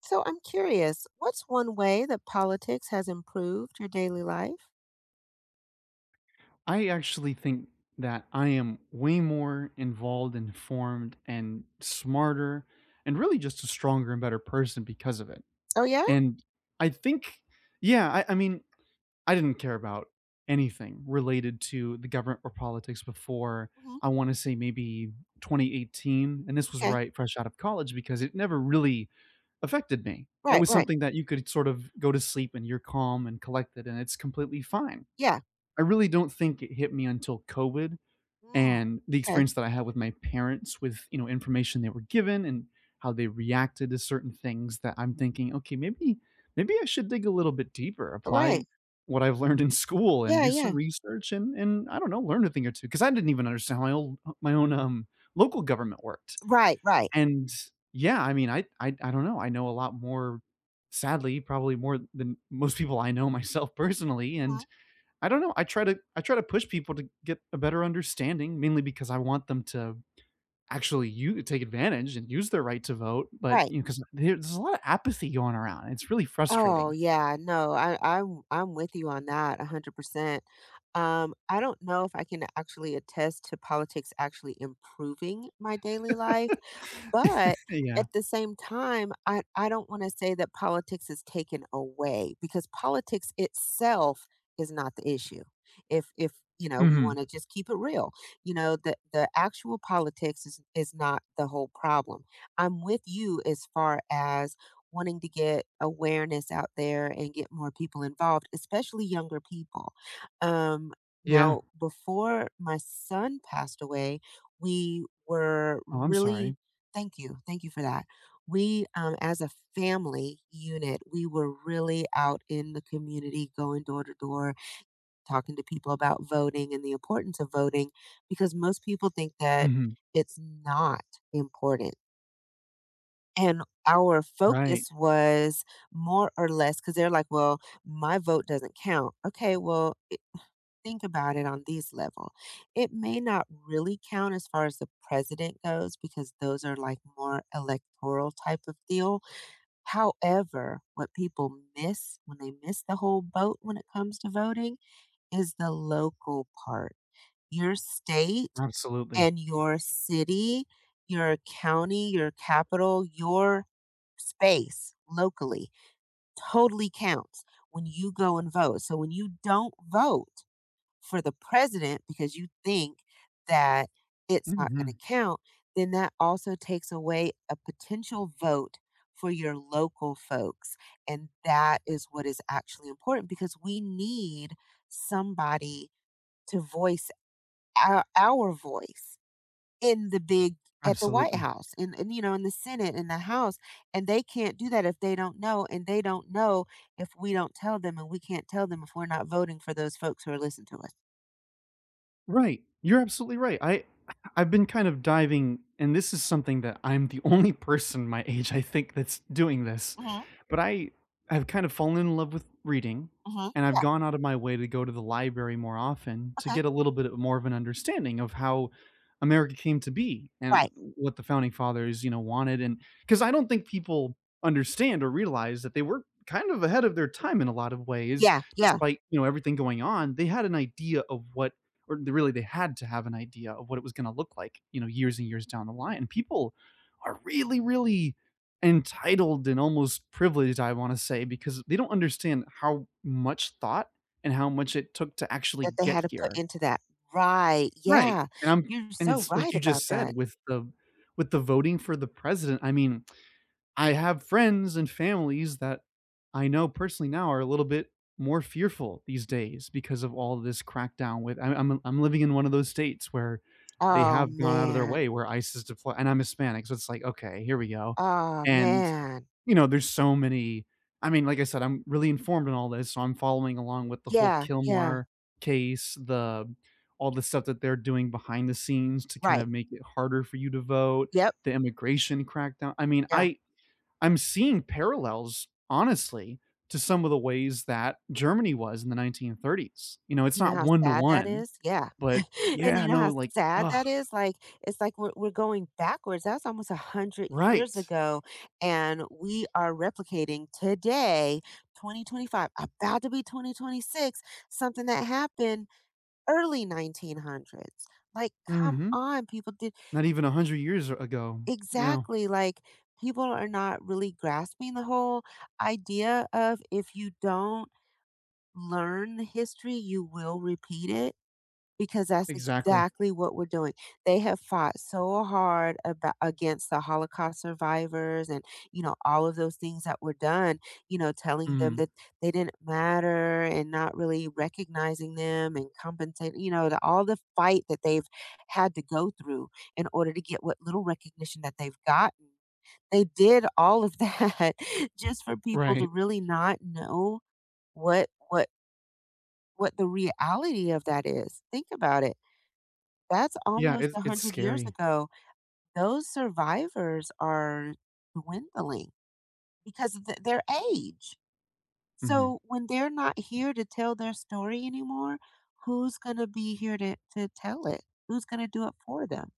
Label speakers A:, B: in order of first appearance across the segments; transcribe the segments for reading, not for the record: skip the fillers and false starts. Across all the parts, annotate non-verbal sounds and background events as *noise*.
A: So I'm curious, what's one way that politics has improved your daily life?
B: I actually think that I am way more involved, informed, and smarter, and really just a stronger and better person because of it.
A: Oh, yeah?
B: And I think, yeah, I mean, I didn't care about anything related to the government or politics before
A: Hmm.
B: I want to say maybe 2018. And this was
A: Okay.
B: right fresh out of college because it never really affected me. It
A: Right,
B: was
A: right.
B: something that you could sort of go to sleep and you're calm and collected, and it's completely fine.
A: Yeah.
B: I really don't think it hit me until COVID
A: Mm,
B: and the
A: okay.
B: experience that I had with my parents with, you know, information they were given and how they reacted to certain things that I'm thinking, okay, maybe I should dig a little bit deeper,
A: Oh, right.
B: apply what I've learned in school and
A: Yeah,
B: do
A: yeah.
B: some research and I don't know, learn a thing or two because I didn't even understand how my own local government worked.
A: Right, right.
B: And yeah, I mean, I don't know. I know a lot more sadly probably more than most people I know *laughs* myself personally
A: Hmm.
B: and I don't know. I try to push people to get a better understanding, mainly because I want them to actually you take advantage and use their right to vote. But
A: Right.
B: you know, because there's a lot of apathy going around. It's really
A: Oh,
B: frustrating.
A: yeah. No, I'm with you on that 100%. I don't know if I can actually attest to politics actually improving my daily life. But
B: Yeah.
A: at the same time, I don't want to say that politics is taken away because politics itself is not the issue. If we want
B: Hmm.
A: to just keep it real, the actual politics is not the whole problem. I'm with you as far as wanting to get awareness out there and get more people involved, especially younger people. Um,
B: Yeah.
A: now, before my son passed away, we were
B: Oh, I'm
A: really.
B: sorry.
A: Thank you. Thank you for that. We, as a family unit, we were really out in the community, going door to door, talking to people about voting and the importance of voting, because most people think that
B: Hmm.
A: it's not important. And our
B: Right.
A: focus was more or less because they're like, well, my vote doesn't count. Okay, well, think about it on these level. It may not really count as far as the president goes because those are like more electoral type of deal. However, what people miss when they miss the whole boat when it comes to voting is the local part. Your state
B: Absolutely.
A: and your city, your county, your capital, your space locally totally counts when you go and vote. So when you don't vote, for the president because you think that it's not going
B: Hmm.
A: to count, then that also takes away a potential vote for your local folks. And that is what is actually important because we need somebody to voice our voice in the big at the White
B: Absolutely.
A: House and in the Senate in the House and they can't do that if they don't know and they don't know if we don't tell them and we can't tell them if we're not voting for those folks who are listening to us.
B: Right. You're absolutely right. I I've been kind of diving, and this is something that I'm the *laughs* only person my age I think that's doing this.
A: Mhm.
B: But I have kind of fallen in love with reading,
A: Mhm.
B: and I've
A: Yeah,
B: gone out of my way to go to the library more often to
A: okay.
B: get a little bit more of an understanding of how America came to be and
A: Right.
B: what the founding fathers, you know, wanted. And because I don't think people understand or realize that they were kind of ahead of their time in a lot of ways,
A: Yeah, yeah,
B: despite, you know, everything going on. They had an idea of what, or they had to have an idea of what it was going to look like, you know, years and years down the line. And people are really entitled and almost privileged, I want to say, because they don't understand how much thought and how much it took to actually
A: that they had
B: get
A: to put
B: here.
A: into that. Right,
B: Right.
A: yeah.
B: And I'm
A: You're
B: and
A: so
B: it's like
A: right
B: you
A: about
B: just
A: that.
B: said with the voting for the president, I mean, I have friends and families that I know personally now are a little bit more fearful these days because of all this crackdown with I'm living in one of those states where they
A: Oh,
B: have gone out of their
A: man.
B: way where ICE is deploy and I'm Hispanic, so it's like, "Okay, here we go."
A: Oh,
B: And,
A: man.
B: you know, there's so many I mean, like I said, I'm really informed in all this, so I'm following along with the whole
A: Yeah, yeah.
B: Kilmar case, the all the stuff that they're doing behind the scenes to kind
A: Right.
B: of make it harder for you to vote,
A: Yep,
B: the immigration crackdown.
A: yeah.
B: I'm seeing parallels, honestly, to some of the ways that Germany was in the 1930s. You know, it's
A: You know
B: not
A: how
B: one to
A: sad that
B: one,
A: is? Yeah.
B: but
A: *laughs* And
B: yeah,
A: you know
B: no,
A: how
B: like,
A: sad
B: ugh,
A: that is? Like, it's like we're going backwards. That's almost 100 years
B: right.
A: ago, and we are replicating today, 2025, about to be 2026, something that happened early 1900s. Like, come
B: Hmm.
A: on, people did
B: Not even 100 years ago. Yeah,
A: exactly like people are not really grasping the whole idea of if you don't learn history, you will repeat it. Because that's
B: exactly.
A: exactly what we're doing. They have fought so hard about against the Holocaust survivors and, all of those things that were done, telling them that
B: Hmm.
A: they didn't matter and not really recognizing them and compensating, all the fight that they've had to go through in order to get what little recognition that they've gotten. They did all of that *laughs* just for people to
B: Right.
A: really not know what what what the reality of that is. Think about it. That's
B: Yeah,
A: almost
B: it's
A: 100 years
B: scary.
A: ago. Those survivors are dwindling because of th their age.
B: Hmm.
A: So when they're not here to tell their story anymore, who's gonna be here to tell it? Who's gonna do it for them?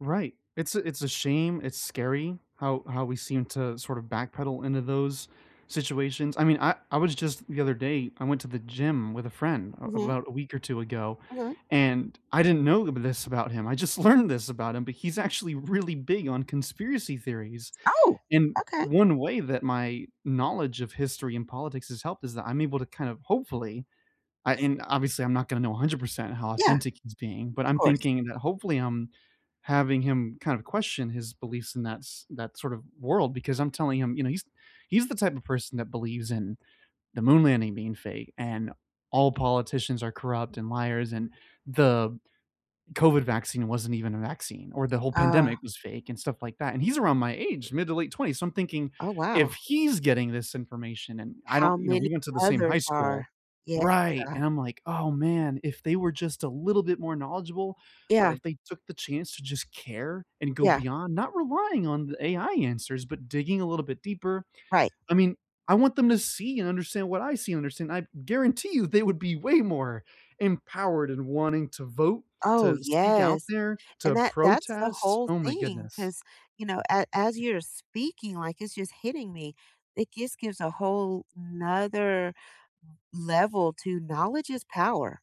B: Right. It's a shame, it's scary how we seem to sort of backpedal into those situations. I mean, I was just the other day, I went to the gym with a friend a
A: Mhm,
B: about a week or 2 ago,
A: mhm.
B: and I didn't know this about him, I just *laughs* learned this about him, but he's actually really big on conspiracy theories,
A: Oh,
B: and
A: okay.
B: one way that my knowledge of history and politics has helped is that I'm able to kind of hopefully I and obviously, I'm not gonna know 100% how
A: Yeah,
B: authentic he's being, but
A: of
B: I'm
A: course.
B: thinking that hopefully I'm having him kind of question his beliefs in that sort of world because I'm telling him, you know, he's the type of person that believes in the moon landing being fake and all politicians are corrupt and liars and the COVID vaccine wasn't even a vaccine, or the whole
A: Ah,
B: pandemic was fake and stuff like that. And he's around my age, mid to late 20s. So I'm thinking,
A: oh, wow.
B: if he's getting this information and I don't,
A: How
B: you know,
A: many
B: we went to the same
A: others
B: high
A: are.
B: school.
A: Yeah.
B: Right. And I'm like, oh man, if they were just a little bit more knowledgeable, or
A: Yeah,
B: if they took the chance to just care and go
A: yeah,
B: beyond, not relying on the AI answers, but digging a little bit deeper,
A: right.
B: I mean, I want them to see and understand what I see and understand. I guarantee you they would be way more empowered in wanting to vote,
A: Oh,
B: to speak out
A: yes,
B: there,
A: and
B: to
A: that's the
B: protest.
A: whole
B: Oh my
A: thing,
B: goodness.
A: because you know, a as you're speaking, like, it's just hitting me. It just gives a whole 'nother level to knowledge is power.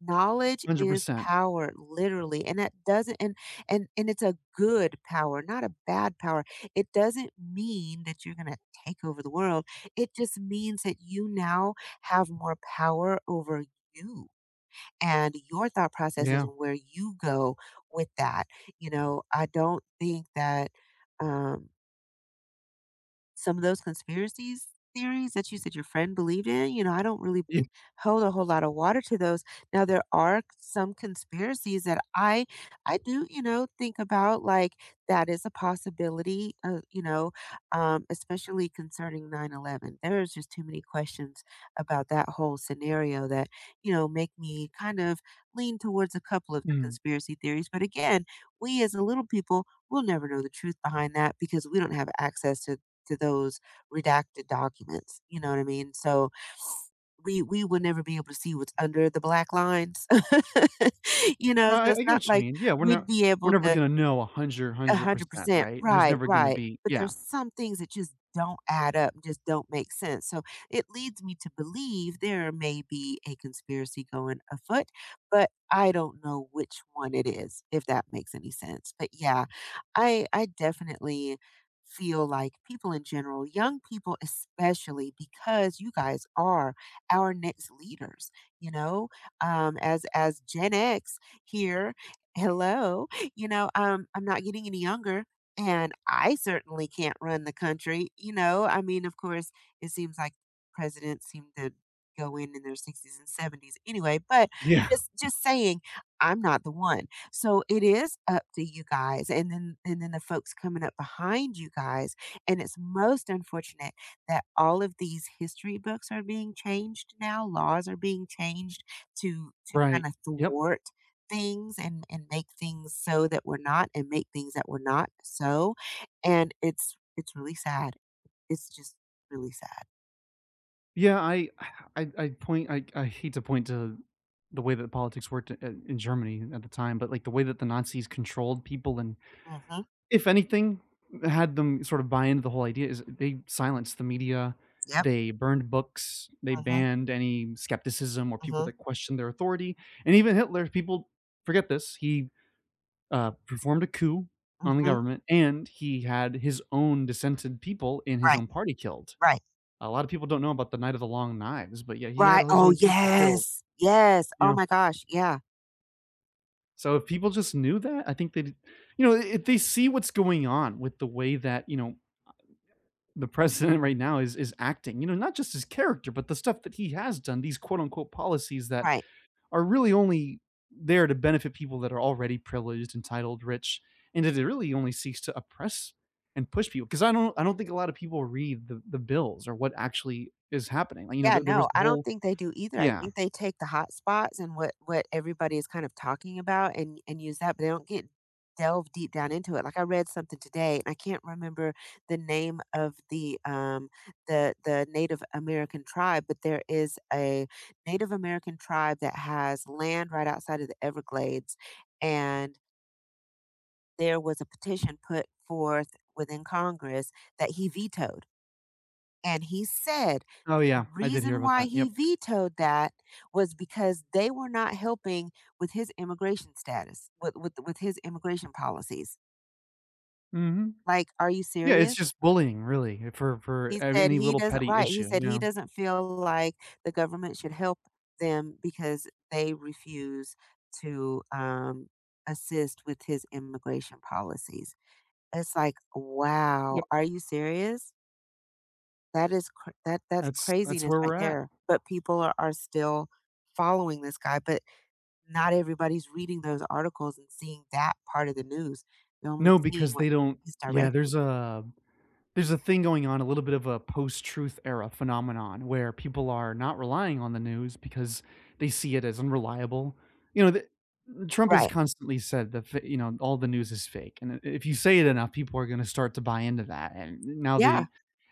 A: Knowledge is
B: 100%.
A: power, literally, and that doesn't and it's a good power, not a bad power. It doesn't mean that you're gonna take over the world. It just means that you now have more power over you and your thought processes
B: Yeah.
A: and where you go with that. You know, I don't think that um some of those conspiracies theories that you said your friend believed in, I don't really
B: Yeah.
A: hold a whole lot of water to those. Now there are some conspiracies that I do, think about like that is a possibility, especially concerning 9/11. There's just too many questions about that whole scenario that, make me kind of lean towards a couple of the
B: Mm.
A: conspiracy theories, but again, we as a little people will never know the truth behind that because we don't have access to those redacted documents. You know what I mean? So we will never be able to see what's under the black lines. *laughs* you know,
B: No,
A: so it's
B: I get
A: not
B: what you
A: like
B: mean. Yeah,
A: we'd be
B: we're
A: able
B: never
A: to
B: gonna know a 100%,
A: 100%.
B: right? There's
A: Right,
B: never gonna
A: right.
B: be
A: But
B: yeah.
A: there's some things that just don't add up, just don't make sense. So it leads me to believe there may be a conspiracy going afoot, but I don't know which one it is, if that makes any sense. But yeah, I definitely feel like people in general, young people especially, because you guys are our next leaders, you know, as Gen X here. Hello. *laughs* You know, I'm not getting any younger, and I certainly can't run the country. You know, I mean, of course, it seems like presidents seem to go in their 60s and 70s anyway, but
B: Yeah.
A: just saying, I'm not the one. So it is up to you guys, and then the folks coming up behind you guys, and it's most unfortunate that all of these history books are being changed now. Laws are being changed to kind
B: Right.
A: of
B: Yep.
A: thwart things and make things so that we're not and make things that we're not so, and it's really sad. It's just really sad.
B: Yeah, I hate to point to the way that politics worked I in Germany at the time, but, like, the way that the Nazis controlled people and
A: Mhm.
B: if anything, had them sort of buy into the whole idea is they silenced the media,
A: Yep.
B: they burned books, they
A: Mhm.
B: banned any skepticism or people
A: Mhm.
B: that questioned their authority, and even Hitler. People forget this. He performed a coup on the
A: Mhm.
B: government, and he had his own dissented people in his
A: Right.
B: own party killed.
A: Right.
B: A lot of people don't know about the Night of the Long Knives, but yeah, he had
A: Right.
B: his
A: Oh,
B: own people killed.
A: yes. Yes.
B: You
A: Oh
B: know,
A: my gosh. Yeah.
B: so if people just knew that, I think they, you know, if they see what's going on with the way that, you know, the president right now is acting, you know, not just his character but the stuff that he has done, these quote unquote policies that
A: Right.
B: are really only there to benefit people that are already privileged, entitled, rich, and it really only seeks to oppress and push people because I don't think a lot of people read the bills or what actually is happening, like, you know,
A: Yeah,
B: there was
A: no,
B: the
A: I don't
B: whole
A: think they do either. I
B: yeah.
A: think they take the hot spots and what everybody is kind of talking about and use that, but they don't get delve deep down into it. Like I read something today and I can't remember the name of the the Native American tribe, but there is a Native American tribe that has land right outside of the Everglades and there was a petition put forth within Congress that he vetoed and he said
B: Oh
A: that the
B: yeah, I did hear
A: reason
B: about
A: why
B: that.
A: he
B: Yep.
A: vetoed that was because they were not helping with his immigration status, with his immigration policies.
B: Hmm.
A: Like, are you
B: Yeah, it's
A: serious?
B: just bullying really, for
A: He said
B: any
A: he
B: little
A: doesn't
B: petty
A: right, he
B: issue,
A: said
B: you
A: he
B: know.
A: doesn't feel like the government should help them because they refuse to assist with his immigration policies. It's like, wow,
B: Yep.
A: are you serious? That is cr that that's
B: That's
A: craziness
B: where
A: right
B: we're at.
A: there, but people are still following this guy, but not everybody's reading those articles and seeing that part of the news. They're only
B: No,
A: seeing
B: because
A: what
B: they don't
A: he's
B: yeah,
A: directing.
B: there's a thing going on, a little bit of a post-truth era phenomenon where people are not relying on the news because they see it as unreliable. You know, the Trump has
A: Right.
B: constantly said that, f you know, all the news is fake, and I if you say it enough, people are gonna start to buy into that, and now
A: Yeah.
B: they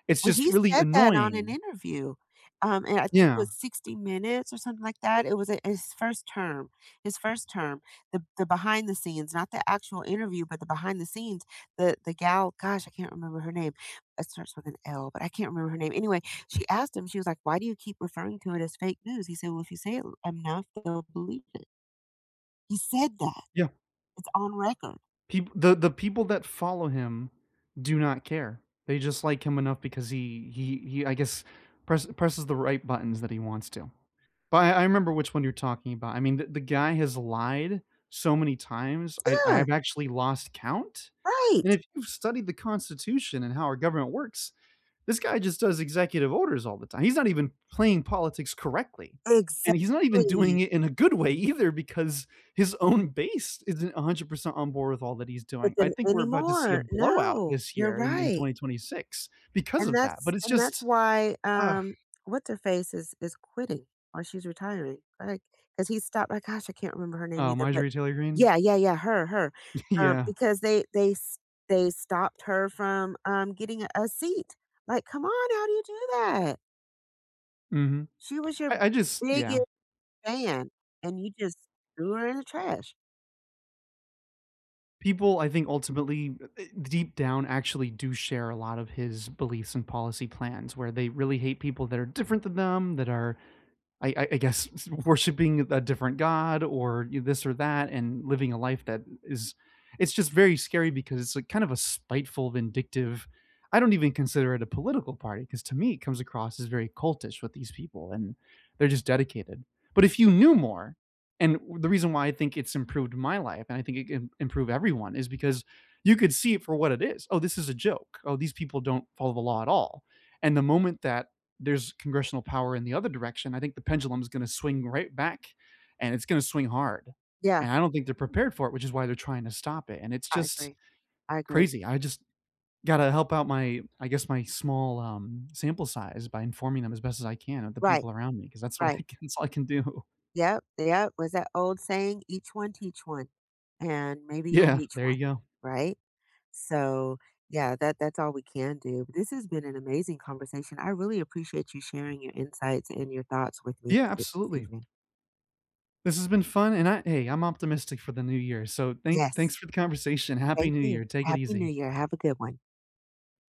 B: it's
A: Well,
B: just
A: he
B: really
A: said that on an
B: annoying.
A: interview, and I think it
B: Yeah,
A: was 60 Minutes or something like that. It was a his first term, the behind the scenes, not the actual interview, but the behind the scenes. The gal, gosh, I can't remember her name. It starts with an L, but I can't remember her name. Anyway, she asked him, she was like, "Why do you keep referring to it as fake news?" He said, "Well, if you say it enough, they'll believe it." He said that.
B: yeah.
A: It's on record.
B: People the people that follow him do not care. They just like him enough because I guess, presses the right buttons that he wants to. But I remember which one you're talking about. I mean, the guy has lied so many times, I
A: Yeah,
B: have actually lost count,
A: right.
B: and if you've studied the Constitution and how our government works, this guy just does executive orders all the time. He's not even playing politics correctly, and he's not even
A: Exactly.
B: doing it in a good way either because his own base isn't 100% on board with all that he's
A: But
B: doing. I
A: then
B: think we're about to see a
A: anymore,
B: blowout
A: no,
B: this
A: you're
B: year in
A: right.
B: 2026 because
A: And
B: of that,
A: that's
B: but it's
A: and that's
B: just,
A: why,
B: ugh.
A: what's her face is quitting or she's retiring, like because he stopped oh gosh, I can't remember her name
B: Oh,
A: either, but
B: Marjorie Taylor Greene?
A: yeah, yeah, yeah, her,
B: *laughs* Yeah.
A: because they stopped her from, getting a seat. Like, come on, how do you do that?
B: Mhm.
A: She was your
B: I just yeah.
A: biggest fan, and you just threw her in the trash.
B: People, I think, ultimately, eh, deep down, actually do share a lot of his beliefs and policy plans, where they really hate people that are different than them, that are, I guess, *laughs* worshiping a different god or this or that, and living a life that is. It's just very scary because it's like kind of a spiteful, vindictive. I don't even consider it a political party because to me it comes across as very cultish with these people, and they're just dedicated. But if you knew more, and the reason why I think it's improved my life and I think it can improve everyone is because you could see it for what it is. Oh, this is a joke. Oh, these people don't follow the law at all. And the moment that there's congressional power in the other direction, I think the pendulum is going to swing right back and it's going to swing hard.
A: Yeah,
B: And I don't think they're prepared for it, which is why they're trying to stop it. And it's
A: I
B: just
A: agree. I agree.
B: crazy. I just got to help out my, I guess, my small sample size by informing them as best as I can of the
A: Right,
B: people around me because that's what *laughs*
A: right.
B: that's all I can do.
A: Yep, yep, was that old saying, "Each one teach one," and maybe you'll
B: Yeah,
A: reach
B: there
A: one,
B: you go.
A: right? So, yeah, that's all we can do. But this has been an amazing conversation. I really appreciate you sharing your insights and your thoughts with me
B: Yeah,
A: this
B: absolutely.
A: evening.
B: This has been fun, and I hey, I'm optimistic for the new year, so
A: Yes,
B: thanks for the conversation. Happy
A: thank
B: New
A: you.
B: Year. Take it
A: Happy New
B: easy.
A: Year. Have a good one.